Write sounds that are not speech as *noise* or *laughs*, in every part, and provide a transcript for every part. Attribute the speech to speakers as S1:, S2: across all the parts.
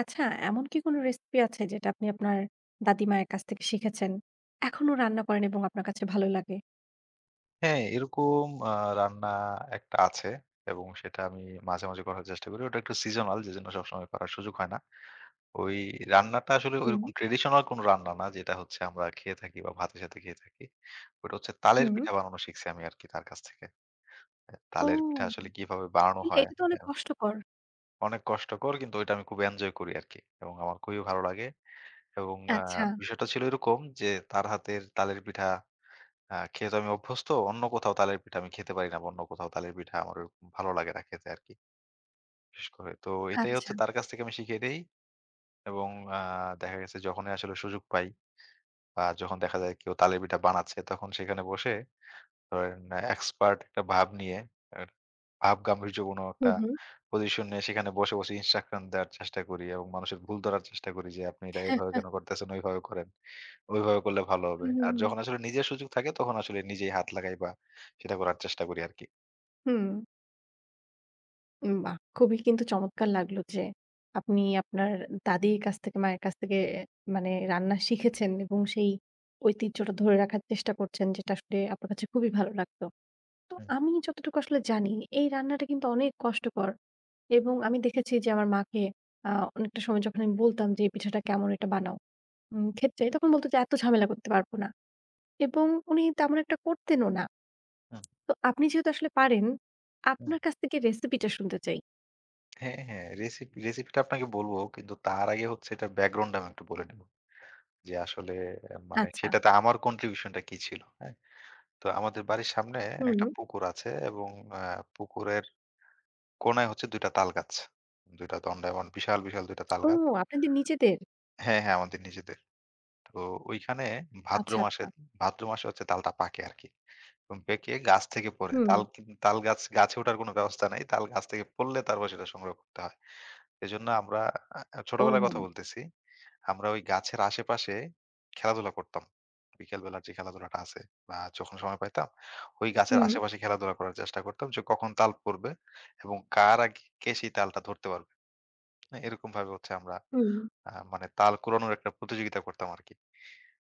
S1: আচ্ছা, এমন কি কোনো রেসিপি আছে যেটা আপনি আপনার দাদিমায়ের কাছ থেকে শিখেছেন? এখনো রান্না করেন এবং আপনার কাছে ভালো লাগে?
S2: হ্যাঁ, এরকম রান্না একটা আছে এবং সেটা আমি মাঝে, মাঝে করার চেষ্টা করি। ওটা একটু seasonal, যেজন্য সবসময় করার সুযোগ হয় না। ওই রান্নাটা আসলে
S1: হুম,
S2: ঐরকম ট্র্যাডিশনাল কোনো রান্না না যেটা হচ্ছে আমরা খেয়ে থাকি বা ভাতের সাথে খেয়ে থাকি। ওটা হচ্ছে তালের
S1: হুম।
S2: পিঠা বানানো শিখছি আমি আরকি তার কাছ থেকে। হ্যাঁ,
S1: ও!
S2: তালের পিঠা আসলে কিভাবে বানানো
S1: কিন্তু
S2: হয়,
S1: এটা তো অনেক
S2: হ্যাঁ,
S1: কষ্টকর।
S2: অনেক কষ্টকর কিন্তু ওইটা আমি খুব এনজয় করি আরকি এবং আমার খুবই ভালো লাগে এবং
S1: আচ্ছা,
S2: বিষয়টা ছিল এরকম যে তার হাতের তালের পিঠা খেয়ে তো আমি অভ্যস্ত। অন্য কোথাও তালের পিঠা আমি খেতে পারি না বা অন্য কোথাও তালের পিঠা আমার ওরকম ভালো লাগে না খেতে আরকি। বিশেষ করে। তো এটাই
S1: আচ্ছা।
S2: হচ্ছে তার কাছ থেকে আমি শিখিয়ে দেই এবং আ দেখা গেছে, যখনই আসলে সুযোগ পাই বা যখন দেখা যায় কেউ তালের পিঠা বানাচ্ছে, তখন সেখানে বসে ধরেন এক্সপার্ট একটা ভাব নিয়ে, আ ভাব গাম্ভীর্যপূর্ণ
S1: হু,
S2: একটা
S1: হু।
S2: পজিশন নিয়ে সেখানে বসে, বসে ইনস্ট্রাকশন দেওয়ার চেষ্টা করি এবং মানুষের ভুল ধরার চেষ্টা করি যে, "আপনি এটা
S1: হুম,
S2: এভাবে কেন
S1: *laughs*
S2: করতেছেন? ওইভাবে করেন।" ওইভাবে করলে ভালো হবে।
S1: হুম,
S2: আর
S1: হুম।
S2: যখন আসলে নিজের সুযোগ থাকে তখন আসলে নিজেই হাত লাগাই বা সেটা করার চেষ্টা করি আরকি।
S1: হুম, বাহ! খুবই কিন্তু চমৎকার লাগলো যে আপনি আপনার দাদির কাছ থেকে, মায়ের কাছ থেকে মানে রান্না শিখেছেন এবং সেই ঐতিহ্যটা ধরে রাখার চেষ্টা করছেন যেটা আসলে আপনার কাছে খুবই ভালো লাগতো। তো
S2: হুম,
S1: আমি যতটুকু আসলে জানি এই রান্নাটা কিন্তু অনেক কষ্টকর। এবং আমি দেখেছি যে আমার মাকে আ অনেকটা সময় যখন আমি বলতাম যে, "এই পিঠাটা কেমন? এটা বানাও।" ক্ষেত্রে তখন বলত যে, "এত ঝামেলা করতে পারবো না।" এবং উনি তেমন একটা করতেনও না।
S2: হুম,
S1: তো আপনি যেহেতু আসলে পারেন,
S2: হুম।
S1: আপনার কাছ থেকে রেসিপিটা শুনতে চাই।
S2: হ্যাঁ, হ্যাঁ। রেসিপিটা আপনাকে বলব, কিন্তু তার আগে হচ্ছে এটার ব্যাকগ্রাউন্ডটা আমি একটু বলে নেব। যে আসলে মানে
S1: আচ্ছা।
S2: সেটাতে আমার contribution টা কি ছিল, হ্যাঁ? তো আমাদের বাড়ির সামনে
S1: হুম।
S2: একটা পুকুর আছে এবং আ পুকুরের কোণায় হচ্ছে ২ টা তালগাছ। ২ টা দণ্ডায়মান বিশাল, বিশাল ২ টা
S1: ও
S2: তালগাছ।
S1: আপনাদের নিজেদের?
S2: হ্যাঁ, হ্যাঁ, আমাদের নিজেদের। তো ওইখানে ভাদ্র
S1: আচ্ছা,
S2: মাসে,
S1: আচ্ছা।
S2: ভাদ্র মাসে হচ্ছে তালটা পাকে আরকি। এবং পেকে গাছ থেকে পড়ে।
S1: হুম।
S2: তাল গাছে ওঠার কোনো ব্যবস্থা নাই। তাল গাছ থেকে পড়লে তারপর সেটা সংগ্রহ করতে হয়। এজন্য আমরা ছোটবেলার কথা
S1: ও
S2: বলতেছি। আমরা ওই গাছের আশেপাশে খেলাধুলা করতাম। বিকেল বেলার যে খেলাধুলাটা আছে বা যখন সময় পাইতাম, ওই গাছের
S1: হুম,
S2: আশেপাশে খেলাধুলা করার চেষ্টা করতাম যে কখন তাল পড়বে এবং কার আগে কে সেই তালটা ধরতে পারবে। হ্যাঁ, এরকমভাবে হচ্ছে আমরা
S1: হুম।
S2: মানে তাল কুড়ানোর একটা প্রতিযোগিতা করতাম আরকি।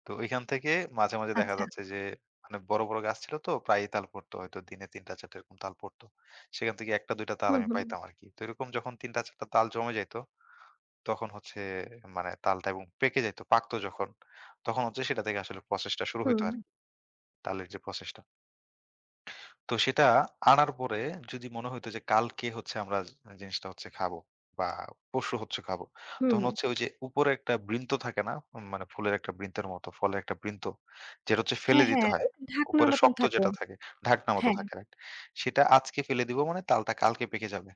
S2: তো ওইখান থেকে মাঝে, মাঝে দেখা
S1: আচ্ছা।
S2: যাচ্ছে যে মানে বড়, বড় গাছ ছিল, তো প্রায়ই তাল পড়তো। হয়তো দিনে ৩টা-৪টা এরকম তাল পড়তো। সেখান থেকে ১টা-২টা তাল
S1: হুম,
S2: আমি
S1: হুম,
S2: পাইতাম আরকি। তো এরকম যখন ৩টা-৪টা তাল জমে যাইত, তখন হচ্ছে মানে তালটা এবং পেকে যাইত, পাকতো যখন, তখন হচ্ছে সেটা থেকে আসলে প্রসেসটা শুরু হইতো
S1: হুম,
S2: আরকি। তালের যে প্রসেসটা। তো সেটা আনার পরে, যদি মনে হইতো যে কালকে হচ্ছে আমরা জিনিসটা হচ্ছে খাবো বা পরশু হচ্ছে খাবো,
S1: হুম।
S2: তখন হচ্ছে ওই যে উপরে একটা বৃন্ত থাকে না? মানে ফুলের একটা বৃন্তের মতো, ফলের একটা বৃন্ত। যেটা হচ্ছে ফেলে
S1: হ্যাঁ,
S2: দিতে
S1: হ্যাঁ।
S2: হয়।
S1: ওই ঢাকনার
S2: উপরে
S1: মতন
S2: শক্ত
S1: থাকে।
S2: যেটা থাকে, ঢাকনা মতো
S1: হ্যাঁ।
S2: থাকে, রাইট? সেটা আজকে ফেলে দিব মানে তালটা কালকে পেকে যাবে।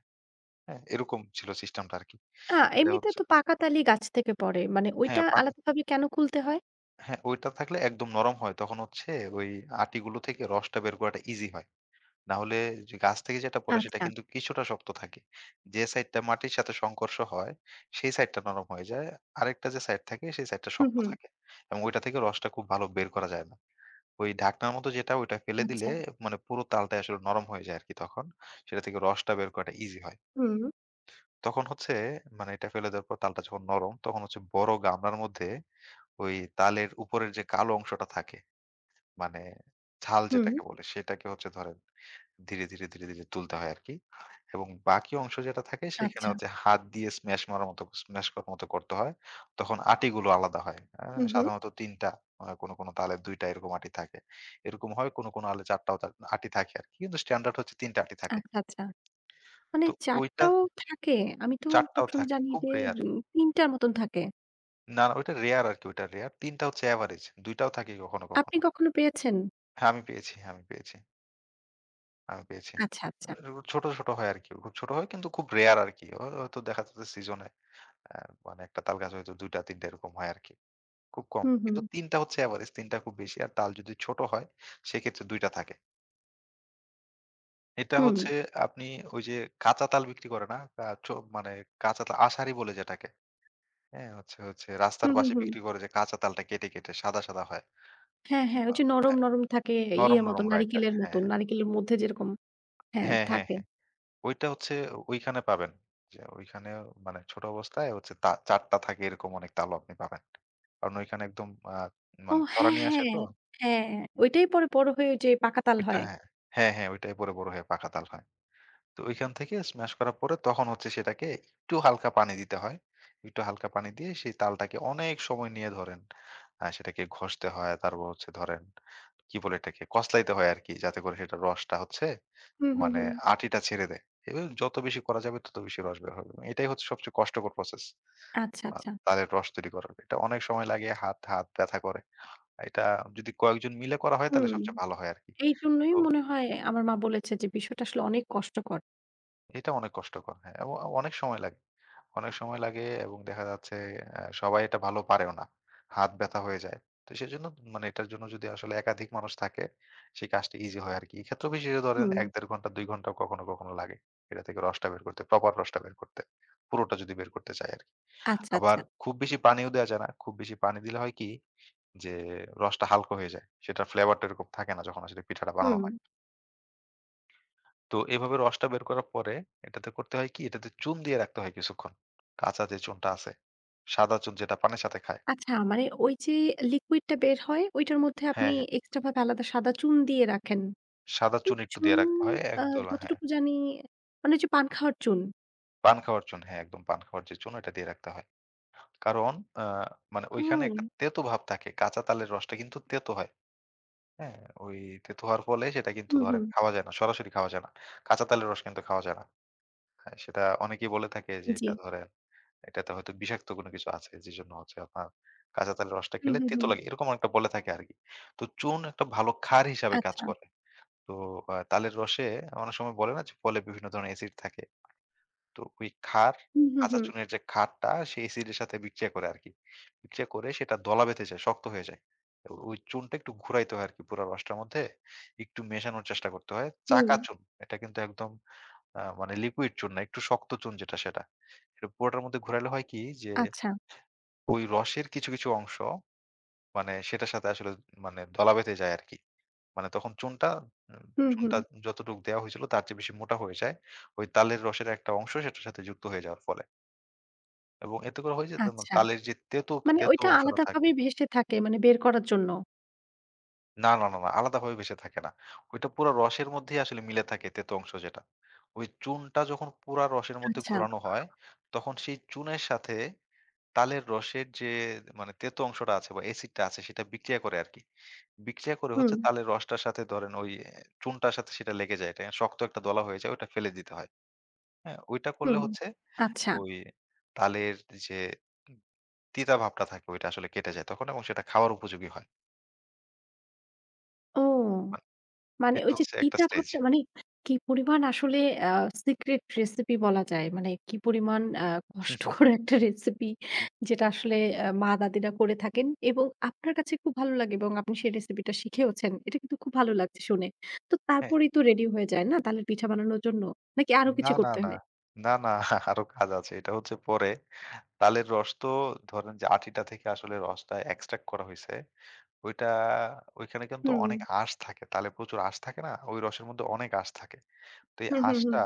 S2: হ্যাঁ? এরকম ছিল সিস্টেমটা আরকি। এটা
S1: এমনিতে
S2: হচ্ছে
S1: তো পাকাতালি গাছ থেকে পড়ে। মানে
S2: হ্যাঁ,
S1: ওইটা
S2: পাকা
S1: আলাদাভাবে কেন খুলতে হয়?
S2: হ্যাঁ, ওইটা থাকলে একদম নরম হয়। তখন হচ্ছে ওই আটিগুলো থেকে রসটা বের করাটা ইজি হয়। না হলে যে গাছ থেকে যেটা পড়ে সেটা
S1: আচ্ছা।
S2: কিন্তু কিছুটা শক্ত থাকে। যে সাইডটা মাটির সাথে সংঘর্ষ হয়, সেই সাইডটা নরম হয়ে যায়। আরেকটা যে সাইড থাকে সেই সাইডটা
S1: হুম,
S2: শক্ত
S1: হুম।
S2: থাকে। এবং ওইটা থেকে রসটা খুব ভালো বের করা যায় না। ওই ঢাকনার মতো যেটা, ওইটা ফেলে দিলে
S1: আচ্ছা।
S2: মানে পুরো তালটাই আসলে নরম হয়ে যায় আরকি তখন। সেটা থেকে রসটা বের করাটা ইজি হয়।
S1: হুম,
S2: তখন হচ্ছে মানে এটা ফেলে দেওয়ার পর তালটা যখন নরম তখন হচ্ছে বড় গামলার মধ্যে ওই তালের উপরের যে কালো অংশটা থাকে, মানে ছাল
S1: হুম।
S2: যেটাকে বলে, সেটাকে হচ্ছে ধরেন ধীরে, ধীরে, ধীরে, ধীরে তুলতে হয় আরকি। এবং বাকি অংশ যেটা থাকে সেখানে
S1: আচ্ছা।
S2: হচ্ছে হাত দিয়ে স্ম্যাশ মারার মতো, স্ম্যাশ করার মতো করতে হয়। তখন আটিগুলো আলাদা হয়।
S1: হুম, হুম।
S2: সাধারণত ৩ টা, কোনো, কোনো তালে ২ টা এরকম আটি থাকে। এরকম হয় কোনো, কোনো আলে ৪ টাও আটি থাকে আরকি। কিন্তু স্ট্যান্ডার্ড হচ্ছে ৩ টা আটি থাকে।
S1: আচ্ছা, আচ্ছা। মানে
S2: তো
S1: ৪
S2: ওইটা
S1: টাও থাকে? আমি তো
S2: ৪ টাও
S1: সবসময়
S2: থাকে।
S1: জানি
S2: খুব
S1: যে
S2: রেয়ার।
S1: উম ৩ টার মতন থাকে।
S2: না, না ওইটা রেয়ার আরকি, ওইটা রেয়ার। ৩ টা হচ্ছে এভারেজ। ২ টাও থাকে কখনো,
S1: আপনি
S2: কখনো।
S1: কখনো পেয়েছেন?
S2: হ্যাঁ, আমি পেয়েছি, আমি পেয়েছি, আমি পেয়েছি।
S1: আচ্ছা,
S2: আ
S1: আচ্ছা।
S2: ছোট, ছোট হয় আরকি। খুব ছোট হয় কিন্তু খুব রেয়ার আরকি। হয়তো দেখা যাচ্ছে সিজনে অ্যা মানে একটা তাল গাছ হয়তো ২ টা ৩ টা এরকম হয় আরকি। খুব কম।
S1: হুম, হুম।
S2: কিন্তু ৩ টা হচ্ছে এভারেজ, ৩ টা খুব বেশি। আর তাল যদি ছোট হয় সেক্ষেত্রে ২ টা থাকে। এটা
S1: হুম।
S2: হচ্ছে আপনি ওই যে কাঁচা তাল বিক্রি করে না? আ চো মানে কাঁচা তাল আষাঢ়ি বলে যেটাকে। হ্যাঁ? হচ্ছে হচ্ছে রাস্তার
S1: হুম, হুম,
S2: পাশে
S1: হুম।
S2: বিক্রি করে যে কাঁচা তালটা কেটে, কেটে সাদা, সাদা হয়।
S1: হ্যাঁ, হ্যাঁ। ওই
S2: আ
S1: যে নরম,
S2: হ্যাঁ,
S1: নরম থাকে
S2: নরম,
S1: ইয়ের মতো
S2: নরম, রাইট, রাইট।
S1: নারিকেলের
S2: হ্যাঁ,
S1: মতন।
S2: হ্যাঁ।
S1: নারিকেলের মধ্যে যেরকম হ্যাঁ,
S2: হ্যাঁ, হ্যাঁ,
S1: থাকে।
S2: হ্যাঁ। ওইটা হচ্ছে ওইখানে পাবেন। যে ওইখানে মানে ছোট অবস্থায় হচ্ছে তা ৪ টা থাকে এরকম অনেক তালও আপনি পাবেন। কারণ ওইখানে একদম আ
S1: ও
S2: মানে ছড়া
S1: হ্যাঁ,
S2: নিয়ে আসে
S1: হ্যাঁ।
S2: তো।
S1: হ্যাঁ, ওইটাই পরে বড় হয়ে ওই যে পাকা তাল
S2: ওইটা
S1: হয়।
S2: হ্যাঁ। হ্যাঁ, হ্যাঁ, ওইটাই পরে বড় হয়ে পাকা তাল হয়। তো ওইখান থেকে স্মাশ করার পরে তখন হচ্ছে সেটাকে একটু হালকা পানি দিতে হয়। একটু হালকা পানি দিয়ে সেই তালটাকে অনেক সময় নিয়ে ধরেন সেটাকে ঘষতে হয়। তারপর হচ্ছে ধরেন কি বলে এটাকে? কচলাইতে হয় আরকি। যাতে করে সেটার রসটা হচ্ছে
S1: হুম, হুম,
S2: মানে
S1: হুম।
S2: আঁটিটা ছেড়ে দেয়। এবং যত বেশি করা যাবে তত বেশি রস বের হবে। মানে এটাই হচ্ছে সবচেয়ে কষ্টকর প্রসেস।
S1: আচ্ছা,
S2: আ
S1: আচ্ছা।
S2: তালের রস তৈরি করার। এটা অনেক সময় লাগে, হাত হাত ব্যথা করে। এটা যদি কয়েকজন মিলে করা হয় তাহলে
S1: হুম,
S2: সবচেয়ে ভালো হয় আরকি।
S1: এইজন্যই
S2: তো
S1: মনে হয় আমার মা বলেছে যে বিষয়টা আসলে অনেক কষ্টকর।
S2: এটা অনেক কষ্টকর। হ্যাঁ, এবং অনেক সময় লাগে। অনেক সময় লাগে এবং দেখা যাচ্ছে সবাই এটা ভালো পারেও না। হাত ব্যাথা হয়ে যায়। তো সেজন্য মানে এটার জন্য যদি আসলে একাধিক মানুষ থাকে, সেই কাজটা ইজি হয় আরকি। এক্ষেত্রেও বিশেষে ধরেন
S1: হুম,
S2: ১-১.৫ ঘন্টা, ২ ঘন্টাও কখনো, কখনো লাগে। এটা থেকে রসটা বের করতে, প্রপার রসটা বের করতে। পুরোটা যদি বের করতে চাই আরকি।
S1: আচ্ছা,
S2: আবার
S1: আচ্ছা।
S2: খুব বেশি পানিও দেয়া যায় না। খুব বেশি পানি দিলে হয় কি যে রসটা হালকা হয়ে যায়। সেটার ফ্লেভারটা এরকম থাকে না যখন আসলে পিঠাটা বানানো
S1: হুম,
S2: হয়। তো এভাবে রসটা বের করার পরে এটাতে করতে হয় কি? এটাতে চুন দিয়ে রাখতে হয় কিছুক্ষণ। কাঁচা যে চুনটা আছে। সাদা চুন যেটা পানের সাথে খায়।
S1: আচ্ছা মানে ওই যে লিকুইডটা বের হয় ওইটার মধ্যে
S2: হ্যাঁ,
S1: আপনি
S2: হ্যাঁ।
S1: এক্সট্রা ভাবে আলাদা সাদা চুন দিয়ে রাখেন।
S2: সাদা
S1: হুম।
S2: চুন একটু
S1: চুন
S2: দিয়ে রাখতে হয়।
S1: আ
S2: একদলা হ্যাঁ,
S1: যতটুকু জানি মানে ওই যে পান খাওয়ার চুন।
S2: পান খাওয়ার চুন। হ্যাঁ, একদম পান খাওয়ার যে চুন এটা দিয়ে রাখতে হয়। কারণ আ মানে ওইখানে একটা
S1: ও।
S2: তেতো ভাব থাকে। কাঁচা তালের রসটা কিন্তু তেতো হয়। হ্যাঁ, ওই তেতো হওয়ার ফলে সেটা কিন্তু
S1: হুম,
S2: ধরেন
S1: হুম,
S2: খাওয়া যায় না। সরাসরি খাওয়া যায় না। কাঁচা তালের রস কিন্তু খাওয়া যায় না। হ্যাঁ, সেটা অনেকেই বলে থাকে যে
S1: জি।
S2: এটা ধরেন এটাতে হয়তো বিষাক্ত কোনো কিছু আছে যেজন্য হচ্ছে আপনার কাঁচা তালের রসটা
S1: হুম,
S2: খেলে
S1: হুম,
S2: তেতো
S1: হুম।
S2: লাগে। এরকম একটা বলে থাকে আরকি। তো চুন একটা ভালো ক্ষার হিসাবে কাজ
S1: আচ্ছা।
S2: করে। তো তালের রসে অনেক সময় বলে না যে ফলে বিভিন্ন ধরনের অ্যাসিড থাকে। তো ওই ক্ষার,
S1: হুম, হুম,
S2: কাঁচা
S1: হুম,
S2: চুনের যে ক্ষারটা সেই অ্যাসিডের সাথে বিক্রিয়া করে আরকি। বিক্রিয়া করে সেটা দলা বেঁধে যায়, শক্ত হয়ে যায়। তো ওই চুনটা একটু ঘুরাইতে হয় আরকি পুরা রসটার মধ্যে, একটু মেশানোর চেষ্টা করতে হয়।
S1: হুম,
S2: চাকা চুন এটা কিন্তু একদম মানে লিকুইড চুন না, একটু শক্ত চুন যেটা সেটা। এটা পুরোটার মধ্যে ঘুরাইলে হয় কি যে
S1: আচ্ছা।
S2: ওই রসের কিছু, কিছু অংশ মানে সেটার সাথে আসলে মানে দলা বেঁধে যায় আরকি। মানে তখন চুনটা উম
S1: হুম, হুম,
S2: চুনটা যতটুক দেয়া হয়েছিল তার চেয়ে বেশি মোটা হয়ে যায়। ওই তালের রসের একটা অংশ সেটার সাথে যুক্ত হয়ে যাওয়ার ফলে। এবং এতে করে হয় যে তোমার
S1: আচ্ছা।
S2: তালের যে তেতো,
S1: মানে
S2: তেতো
S1: ওইটা
S2: অংশটা থাকে।
S1: আলাদাভাবে ভেসে থাকে মানে বের করার জন্য।
S2: না, না, না, না আলাদাভাবে ভেসে থাকে না। ওইটা পুরা রসের মধ্যেই আসলে মিলে থাকে তেতো অংশ যেটা। ওই চুনটা যখন পুরা রসের মধ্যে
S1: আচ্ছা।
S2: ঘোরানো হয়, তখন সেই চুনের সাথে তালের রসের যে মানে তেতো অংশটা আছে বা অ্যাসিডটা আছে সেটা বিক্রিয়া করে আরকি। বিক্রিয়া করে
S1: হুম,
S2: হচ্ছে তালের রসটার সাথে ধরেন ওই চুনটার সাথে সেটা লেগে যায়। এটা শক্ত একটা দলা হয়ে যায়, ওটা ফেলে দিতে হয়। হ্যাঁ? ওইটা করলে
S1: হুম,
S2: হচ্ছে
S1: আচ্ছা।
S2: ওই তালের যে তিতা ভাবটা থাকে ওইটা আসলে কেটে যায় তখন এবং সেটা খাওয়ার উপযোগী হয়।
S1: ও।
S2: মানে
S1: মানে
S2: এটা
S1: ওই যে
S2: হচ্ছে একটা
S1: তিতা
S2: স্টেজ।
S1: ভাবটা মানে কি পরিমাণ আসলে আ সিক্রেট রেসিপি বলা যায়। মানে কি পরিমাণ কষ্টকর
S2: *laughs*
S1: একটা রেসিপি যেটা আসলে মা দাদিরা করে থাকেন এবং আপনার কাছে খুব ভালো লাগে এবং আপনি সেই রেসিপিটা শিখেওছেন। এটা কিন্তু খুব ভালো লাগছে শুনে। তো
S2: হ্যাঁ।
S1: তারপরেই তো রেডি হয়ে যায় না তালের পিঠা বানানোর জন্য? নাকি আরো
S2: না,
S1: কিছু
S2: না,
S1: করতে
S2: না।
S1: হয়?
S2: না, না *laughs* আরো কাজ আছে। এটা হচ্ছে পরে তালের রস তো ধরেন যে আটিটা থেকে আসলে রসটা এক্সট্রাক্ট করা হইছে। ওইটা ওইখানে কিন্তু
S1: হুম,
S2: অনেক আঁশ থাকে। তালে প্রচুর আঁশ থাকে না? ওই রসের মধ্যে অনেক আঁশ থাকে। তো এই
S1: হুম, হুম, হুম,
S2: আঁশটা,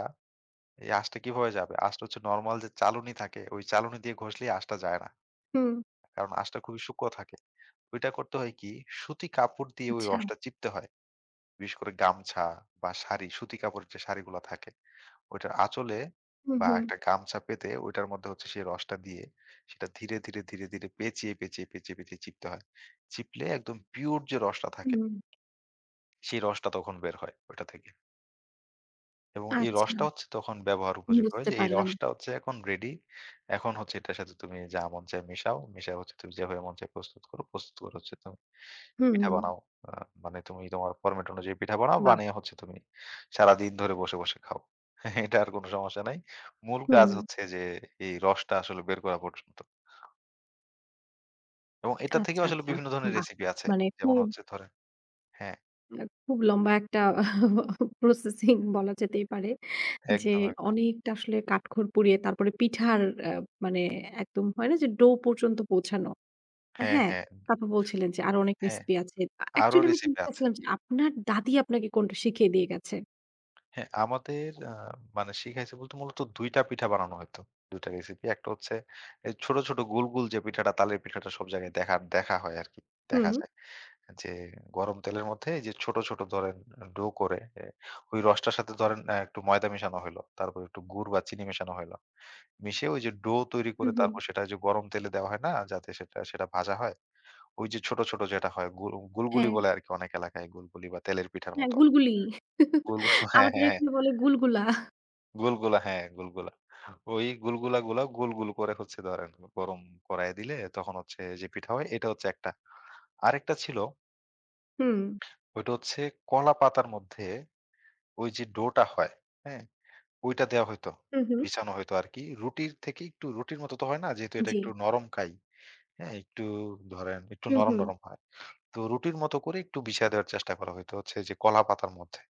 S2: এই আঁশটা কিভাবে যাবে? আঁশটা হচ্ছে নরমাল যে চালুনি থাকে, ওই চালুনি দিয়ে ঘষলেই আঁশটা যায় না।
S1: হুম,
S2: কারণ আঁশটা খুবই সূক্ষ্ম থাকে। ওইটা করতে হয় কি? সুতি কাপড় দিয়ে ওই
S1: আচ্ছা,
S2: রসটা চিপতে হয়। বিশেষ করে গামছা বা শাড়ি, সুতি কাপড়ের যে শাড়িগুলা থাকে, ওইটার আঁচলে
S1: হুম,
S2: বা
S1: হুম,
S2: একটা গামছা পেতে ওইটার মধ্যে হচ্ছে সেই রসটা দিয়ে সেটা ধীরে, ধীরে, ধীরে, ধীরে পেঁচিয়ে, পেঁচিয়ে, পেঁচিয়ে, পেঁচিয়ে চিপতে হয়। চিপলে একদম পিওর যে রসটা থাকে
S1: হুম,
S2: সেই রসটা তখন বের হয় ওইটা থেকে। এবং এই
S1: আচ্ছা
S2: রসটা হচ্ছে তখন ব্যবহার উপযোগী হয়,
S1: বুঝতে
S2: যে এই
S1: পারলাম।
S2: রসটা হচ্ছে এখন রেডি। এখন হচ্ছে এটার সাথে তুমি যা মন চায় মিশাও। মিশায় হচ্ছে তুমি যেভাবে মন চায় প্রস্তুত করো। প্রস্তুত করে হচ্ছে তুমি
S1: হুম,
S2: পিঠা বানাও। আ মানে তুমি তোমার ফরমেট অনুযায়ী পিঠা বানাও।
S1: বাহ!
S2: বানিয়ে হচ্ছে তুমি সারাদিন ধরে বসে খাও। *laughs* এটা আর কোনো সমস্যা নাই। মূল কাজ
S1: হুম,
S2: হচ্ছে যে এই রসটা আসলে বের করা পর্যন্ত। এবং এটা
S1: আচ্ছা,
S2: থেকেও আসলে
S1: আচ্ছা,
S2: বিভিন্ন ধরনের
S1: বাহ!
S2: রেসিপি আছে।
S1: মানে
S2: যেমন
S1: খুব
S2: হচ্ছে ধরেন, হ্যাঁ,
S1: খুব লম্বা একটা *laughs* প্রসেসিং বলা যেতেই পারে। যে
S2: একদম, একদম।
S1: অনেকটা আসলে কাঠখড় পুড়িয়ে তারপরে পিঠার আ মানে একদম হয় না যে ডো পর্যন্ত পৌঁছানো।
S2: হ্যাঁ,
S1: হ্যাঁ,
S2: হ্যাঁ,
S1: তারপর বলছিলেন যে আরো অনেক
S2: হ্যাঁ।
S1: রেসিপি আছে।
S2: আরো
S1: অ্যাকচুয়ালি আমি
S2: রেসিপি
S1: জানতে
S2: আছে।
S1: চাচ্ছিলাম যে আপনার দাদি আপনাকে কোনটা শিখিয়ে দিয়ে গেছে?
S2: হ্যাঁ, আমাদের মানে শিখাইছে বলতে মূলত ২ টা পিঠা বানানো হইতো। ২ টা রেসিপি। একটা হচ্ছে এই ছোট, ছোট গোল, গোল যে পিঠাটা, তালের পিঠাটা সব জায়গায় দেখা দেখা হয় আরকি। দেখা
S1: হুম,
S2: যায়। যে গরম তেলের মধ্যে এই যে ছোট, ছোট ধরেন ডো করে ওই রসটার সাথে ধরেন একটু ময়দা মেশানো হইলো। তারপর একটু গুড় বা চিনি মেশানো হইলো। মিশিয়ে ওই যে ডো তৈরি
S1: হুম,
S2: করে
S1: হুম।
S2: তারপর সেটা যে গরম তেলে দেওয়া হয় না? যাতে সেটা সেটা ভাজা হয়। ওই যে ছোট, ছোট যেটা হয় গুলগুলি
S1: হ্যাঁ,
S2: বলে আরকি, অনেক এলাকায় গুলগুলি বা তেলের পিঠার
S1: হ্যাঁ
S2: মতো।
S1: গুলগুলি। *laughs*
S2: গুলগু *laughs* হ্যাঁ,
S1: আমাদের
S2: হ্যাঁ, হ্যাঁ।
S1: এখানে বলে গুলগুলা।
S2: গুলগুলা, হ্যাঁ, গুলগুলা। ওই গুলগুলাগুলা গোল, গোল করে হচ্ছে ধরেন গরম কড়াইয়ে দিলে তখন হচ্ছে যে পিঠা হয়, এটা হচ্ছে একটা। আরেকটা ছিল,
S1: হুম,
S2: ওইটা হচ্ছে কলা পাতার মধ্যে ওই যে ডোটা হয়, হ্যাঁ? ওইটা দেয়া হইতো।
S1: হুম, হুম।
S2: বিছানো হইতো আরকি। রুটির থেকে একটু রুটির মতো তো হয় না, যেহেতু এটা
S1: জি।
S2: একটু নরম কাই, হ্যাঁ? একটু ধরেন একটু
S1: হুম,
S2: নরম,
S1: হুম,
S2: নরম হয়। তো রুটির মতো করে একটু বিছায় দেওয়ার চেষ্টা করা হইতো হচ্ছে যে কলা পাতার মধ্যে।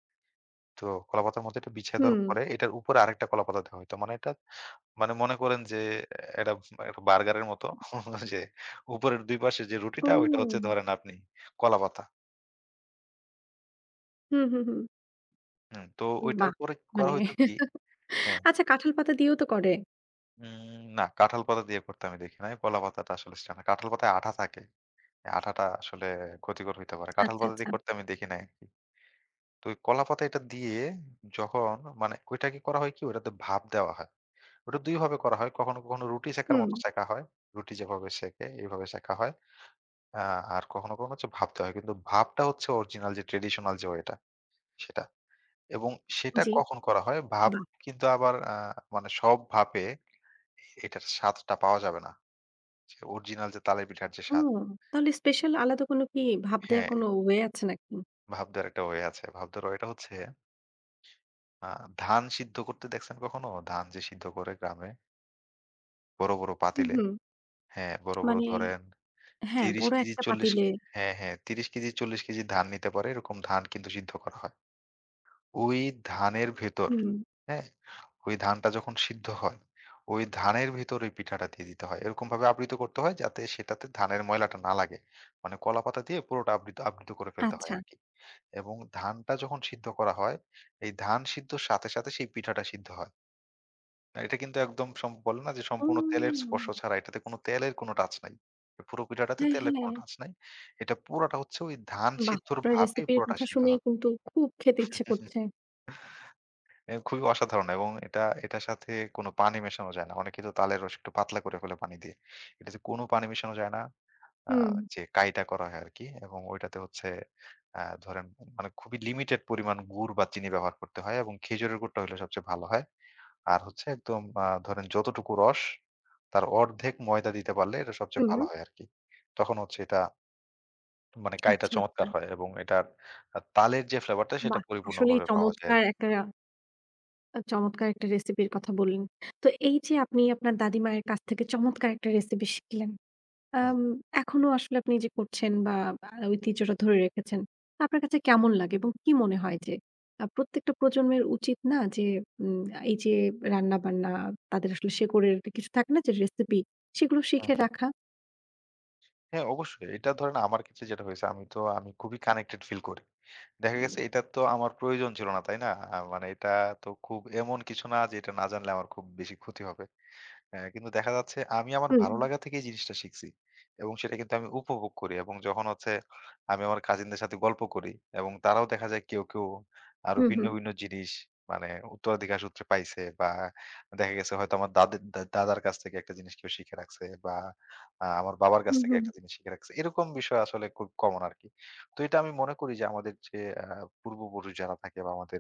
S2: তো কলাপাতার মধ্যে এটা বিছিয়ে দেওয়ার
S1: হুম।
S2: পরে এটার উপরে আরেকটা কলাপাতা দেওয়া হইতো। মানে এটা মানে মনে করেন যে এটা একটা বার্গারের মতো *laughs* যে উপরের ২ পাশে যে রুটিটা, ওইটা হচ্ছে
S1: ও!
S2: ধরেন আপনি কলাপাতা।
S1: হুম, হুম, হুম।
S2: হুম, তো ওইটার
S1: বাহ!
S2: পরে করা
S1: মানে
S2: হইতো কি,
S1: *laughs*
S2: হ্যাঁ,
S1: আচ্ছা কাঁঠাল পাতা দিয়েও তো করে?
S2: না, কাঁঠাল পাতা দিয়ে করতে আমি দেখি নাই। কলা পাতাটা আসলে ছিল না। কাঁঠাল পাতায় আঠা থাকে। এই আঠাটা আসলে ক্ষতিকর হইতে পারে। কাঁঠাল
S1: আচ্ছা,
S2: পাতা দিয়ে
S1: আচ্ছা।
S2: করতে আমি দেখি নাই আরকি। তো ওই কলাপাতা এটা দিয়ে যখন মানে ওইটাকে করা হয় কি, ওইটাতে ভাপ দেওয়া হয়। ওটা ২ ভাবে করা হয়। কখনো, কখনো রুটি সেঁকার
S1: হুম,
S2: মতো সেঁকা হয়। রুটি যেভাবে সেঁকে এইভাবে সেঁকা হয়। আ আর কখনো, কখনো হচ্ছে ভাপ দেওয়া হয়। কিন্তু ভাপটা হচ্ছে অরিজিনাল যে ট্র্যাডিশনাল যে ওয়েটা, সেটা। এবং সেটা
S1: জি।
S2: কখন করা হয়? ভাপ
S1: বাহ!
S2: কিন্তু আবার মানে সব ভাপে এটার স্বাদটা পাওয়া যাবে না। যে অরিজিনাল যে তালের পিঠার যে
S1: ও
S2: স্বাদ,
S1: তাহলে স্পেশাল আলাদা কোনো কি ভাপ দেওয়ার
S2: হ্যাঁ,
S1: কোনো ওয়ে আছে নাকি?
S2: ভাপ দেওয়ার একটা ওয়ে আছে। ভাপ দেওয়ার ওয়েটা হচ্ছে আ ধান সিদ্ধ করতে দেখছেন কখনো? ধান যে সিদ্ধ করে গ্রামে বড়, বড়
S1: হুম,
S2: পাতিলে,
S1: হুম।
S2: হ্যাঁ, বড়, বড়
S1: মানে
S2: ধরেন
S1: হ্যাঁ,
S2: ৩০
S1: বড়
S2: কেজি
S1: একটা
S2: ৪০
S1: পাতিলে
S2: কে হ্যাঁ, হ্যাঁ। ৩০ কেজি ৪০ কেজি ধান নিতে পারে, এরকম ধান কিন্তু সিদ্ধ করা হয়। ওই ধানের ভেতর,
S1: হুম।
S2: হ্যাঁ? ওই ধানটা যখন সিদ্ধ হয়, ওই ধানের ভেতর ওই পিঠাটা দিয়ে দিতে হয়। এরকমভাবে আবৃত করতে হয় যাতে সেটাতে ধানের ময়লাটা না লাগে। মানে কলাপাতা দিয়ে পুরোটা আবৃত আবৃত করে ফেলতে হয়
S1: আচ্ছা।
S2: আরকি। এবং ধানটা যখন সিদ্ধ করা হয়, এই ধান সিদ্ধর সাথে, সাথে সেই পিঠাটা সিদ্ধ হয়। না, এটা কিন্তু একদম বলে না যে সম্পূর্ণ তেলের
S1: ও
S2: স্পর্শ ছাড়া, এটাতে কোনো তেলের কোনো টাচ নাই। এই পুরো পিঠাটাতে
S1: হ্যাঁ,
S2: তেলের
S1: হ্যাঁ।
S2: কোনো টাচ নাই। এটা পুরাটা হচ্ছে ওই ধান
S1: বাহ!
S2: সিদ্ধর
S1: আপনার
S2: ভাপে
S1: রেসিপির
S2: পুরাটা
S1: কথা
S2: সিদ্ধ
S1: শুনেই
S2: হবে।
S1: কিন্তু খুব খেতে ইচ্ছে করছে।
S2: খুবই অসাধারণ এবং এটা এটার সাথে কোনো পানি মেশানো যায় না। অনেকে তো তালের রস একটু পাতলা করে ফেলে পানি দিয়ে। এটাতে কোনো পানি মেশানো যায় না। আ
S1: হুম।
S2: যে কাইটা করা হয় আরকি এবং ওইটাতে হচ্ছে ধরেন মানে খুবই লিমিটেড পরিমাণ গুড় বা চিনি ব্যবহার করতে হয় এবং খেজুরের গুড়টা হলে সবচেয়ে ভালো হয়। আর হচ্ছে একদম ধরেন যতটুকু রস তার অর্ধেক ময়দা দিতে পারলে এটা সবচেয়ে
S1: হুম,
S2: ভালো হয় আরকি। তখন হচ্ছে এটা মানে কাইটা
S1: আচ্ছা, আচ্ছা।
S2: চমৎকার হয় এবং এটার তালের যে ফ্লেভারটা সেটা
S1: বাহ! আসলেই
S2: পরিপূর্ণভাবে পাওয়া যায়
S1: চমৎকার
S2: আরকি।
S1: একটা চমৎকার একটা রেসিপির কথা বললেন। তো এই যে আপনি আপনার দাদিমায়ের কাছ থেকে চমৎকার একটা রেসিপি শিখলেন।
S2: হুম,
S1: আম এখনো আসলে আপনি যে করছেন বা ঐতিহ্যটা ধরে রেখেছেন, আপনার কাছে কেমন লাগে এবং কি মনে হয় যে প্রত্যেকটা প্রজন্মের উচিত না যে উম এই যে রান্না-বান্না তাদের আসলে শেকড়ের একটা কিছু থাকে না যে রেসিপি সেগুলো
S2: হুম,
S1: শিখে
S2: হুম।
S1: রাখা?
S2: হ্যাঁ, অবশ্যই। এটা ধরেন আমার ক্ষেত্রে যেটা হয়েছে আমি খুবই কানেক্টেড ফিল করি। দেখা গেছে এটা তো আমার প্রয়োজন ছিল না, তাই না? মানে এটা তো খুব এমন কিছু না যে এটা না জানলে আমার খুব বেশি ক্ষতি হবে। হ্যাঁ, কিন্তু দেখা যাচ্ছে আমি আমার
S1: হুম,
S2: ভালো লাগা থেকে এই জিনিসটা শিখছি। এবং সেটা কিন্তু আমি উপভোগ করি এবং যখন হচ্ছে আমি আমার কাজিনদের সাথে গল্প করি এবং তারাও দেখা যায় কেউ, কেউ আরো
S1: হুম,
S2: ভিন্ন,
S1: হুম,
S2: ভিন্ন জিনিস মানে উত্তরাধিকার সূত্রে পাইছে বা দেখা গেছে হয়তো আমার দাদের দা দাদার কাছ থেকে একটা জিনিস কেউ শিখে রাখছে বা আমার বাবার কাছ
S1: হুম,
S2: থেকে
S1: হুম,
S2: একটা জিনিস শিখে রাখছে। এরকম বিষয় আসলে খুব কমন আরকি। তো এটা আমি মনে করি যে আমাদের যে আ পূর্বপুরুষ যারা থাকে বা আমাদের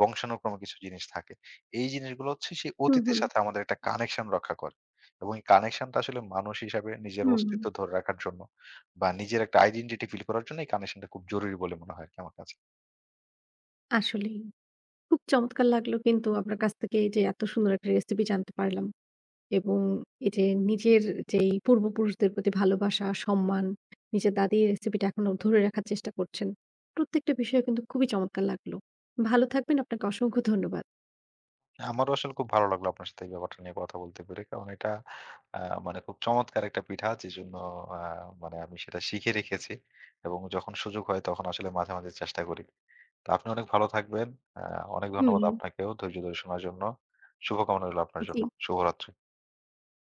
S2: বংশানুক্রমে কিছু জিনিস থাকে, এই জিনিসগুলো হচ্ছে সেই
S1: হুম,
S2: অতীতের
S1: হুম,
S2: সাথে আমাদের একটা কানেকশন রক্ষা করে। এবং এই কানেকশনটা আসলে মানুষ হিসাবে নিজের
S1: হুম, হুম।
S2: অস্তিত্ব ধরে রাখার জন্য বা নিজের একটা আইডেন্টিটি ফিল করার জন্য এই কানেকশনটা খুব জরুরি বলে মনে হয় আরকি আমার কাছে।
S1: আসলেই। খুব চমৎকার লাগলো কিন্তু আপনার কাছ থেকে এই যে এত সুন্দর একটা রেসিপি জানতে পারলাম। এবং এই যে নিজের যেই পূর্বপুরুষদের প্রতি ভালোবাসা, সম্মান, নিজের দাদির রেসিপিটা এখনো ধরে রাখার চেষ্টা করছেন। প্রত্যেকটা বিষয়ে কিন্তু খুবই চমৎকার লাগলো। ভালো থাকবেন। আপনাকে অসংখ্য ধন্যবাদ।
S2: আমারও আসলে খুব ভালো লাগলো আপনার সাথে এই ব্যাপারটা নিয়ে কথা বলতে পেরে। কারণ এটা আ মানে খুব চমৎকার একটা পিঠা, যেজন্য আ মানে আমি সেটা শিখে রেখেছি। এবং যখন সুযোগ হয় তখন আসলে মাঝে, মাঝে চেষ্টা করি। তো আপনি অনেক ভালো থাকবেন। আ অনেক
S1: হুম।
S2: ধন্যবাদ আপনাকেও ধৈর্য ধরে শোনার জন্য। শুভকামনা রইল আপনার
S1: জি।
S2: জন্য। শুভরাত্রি।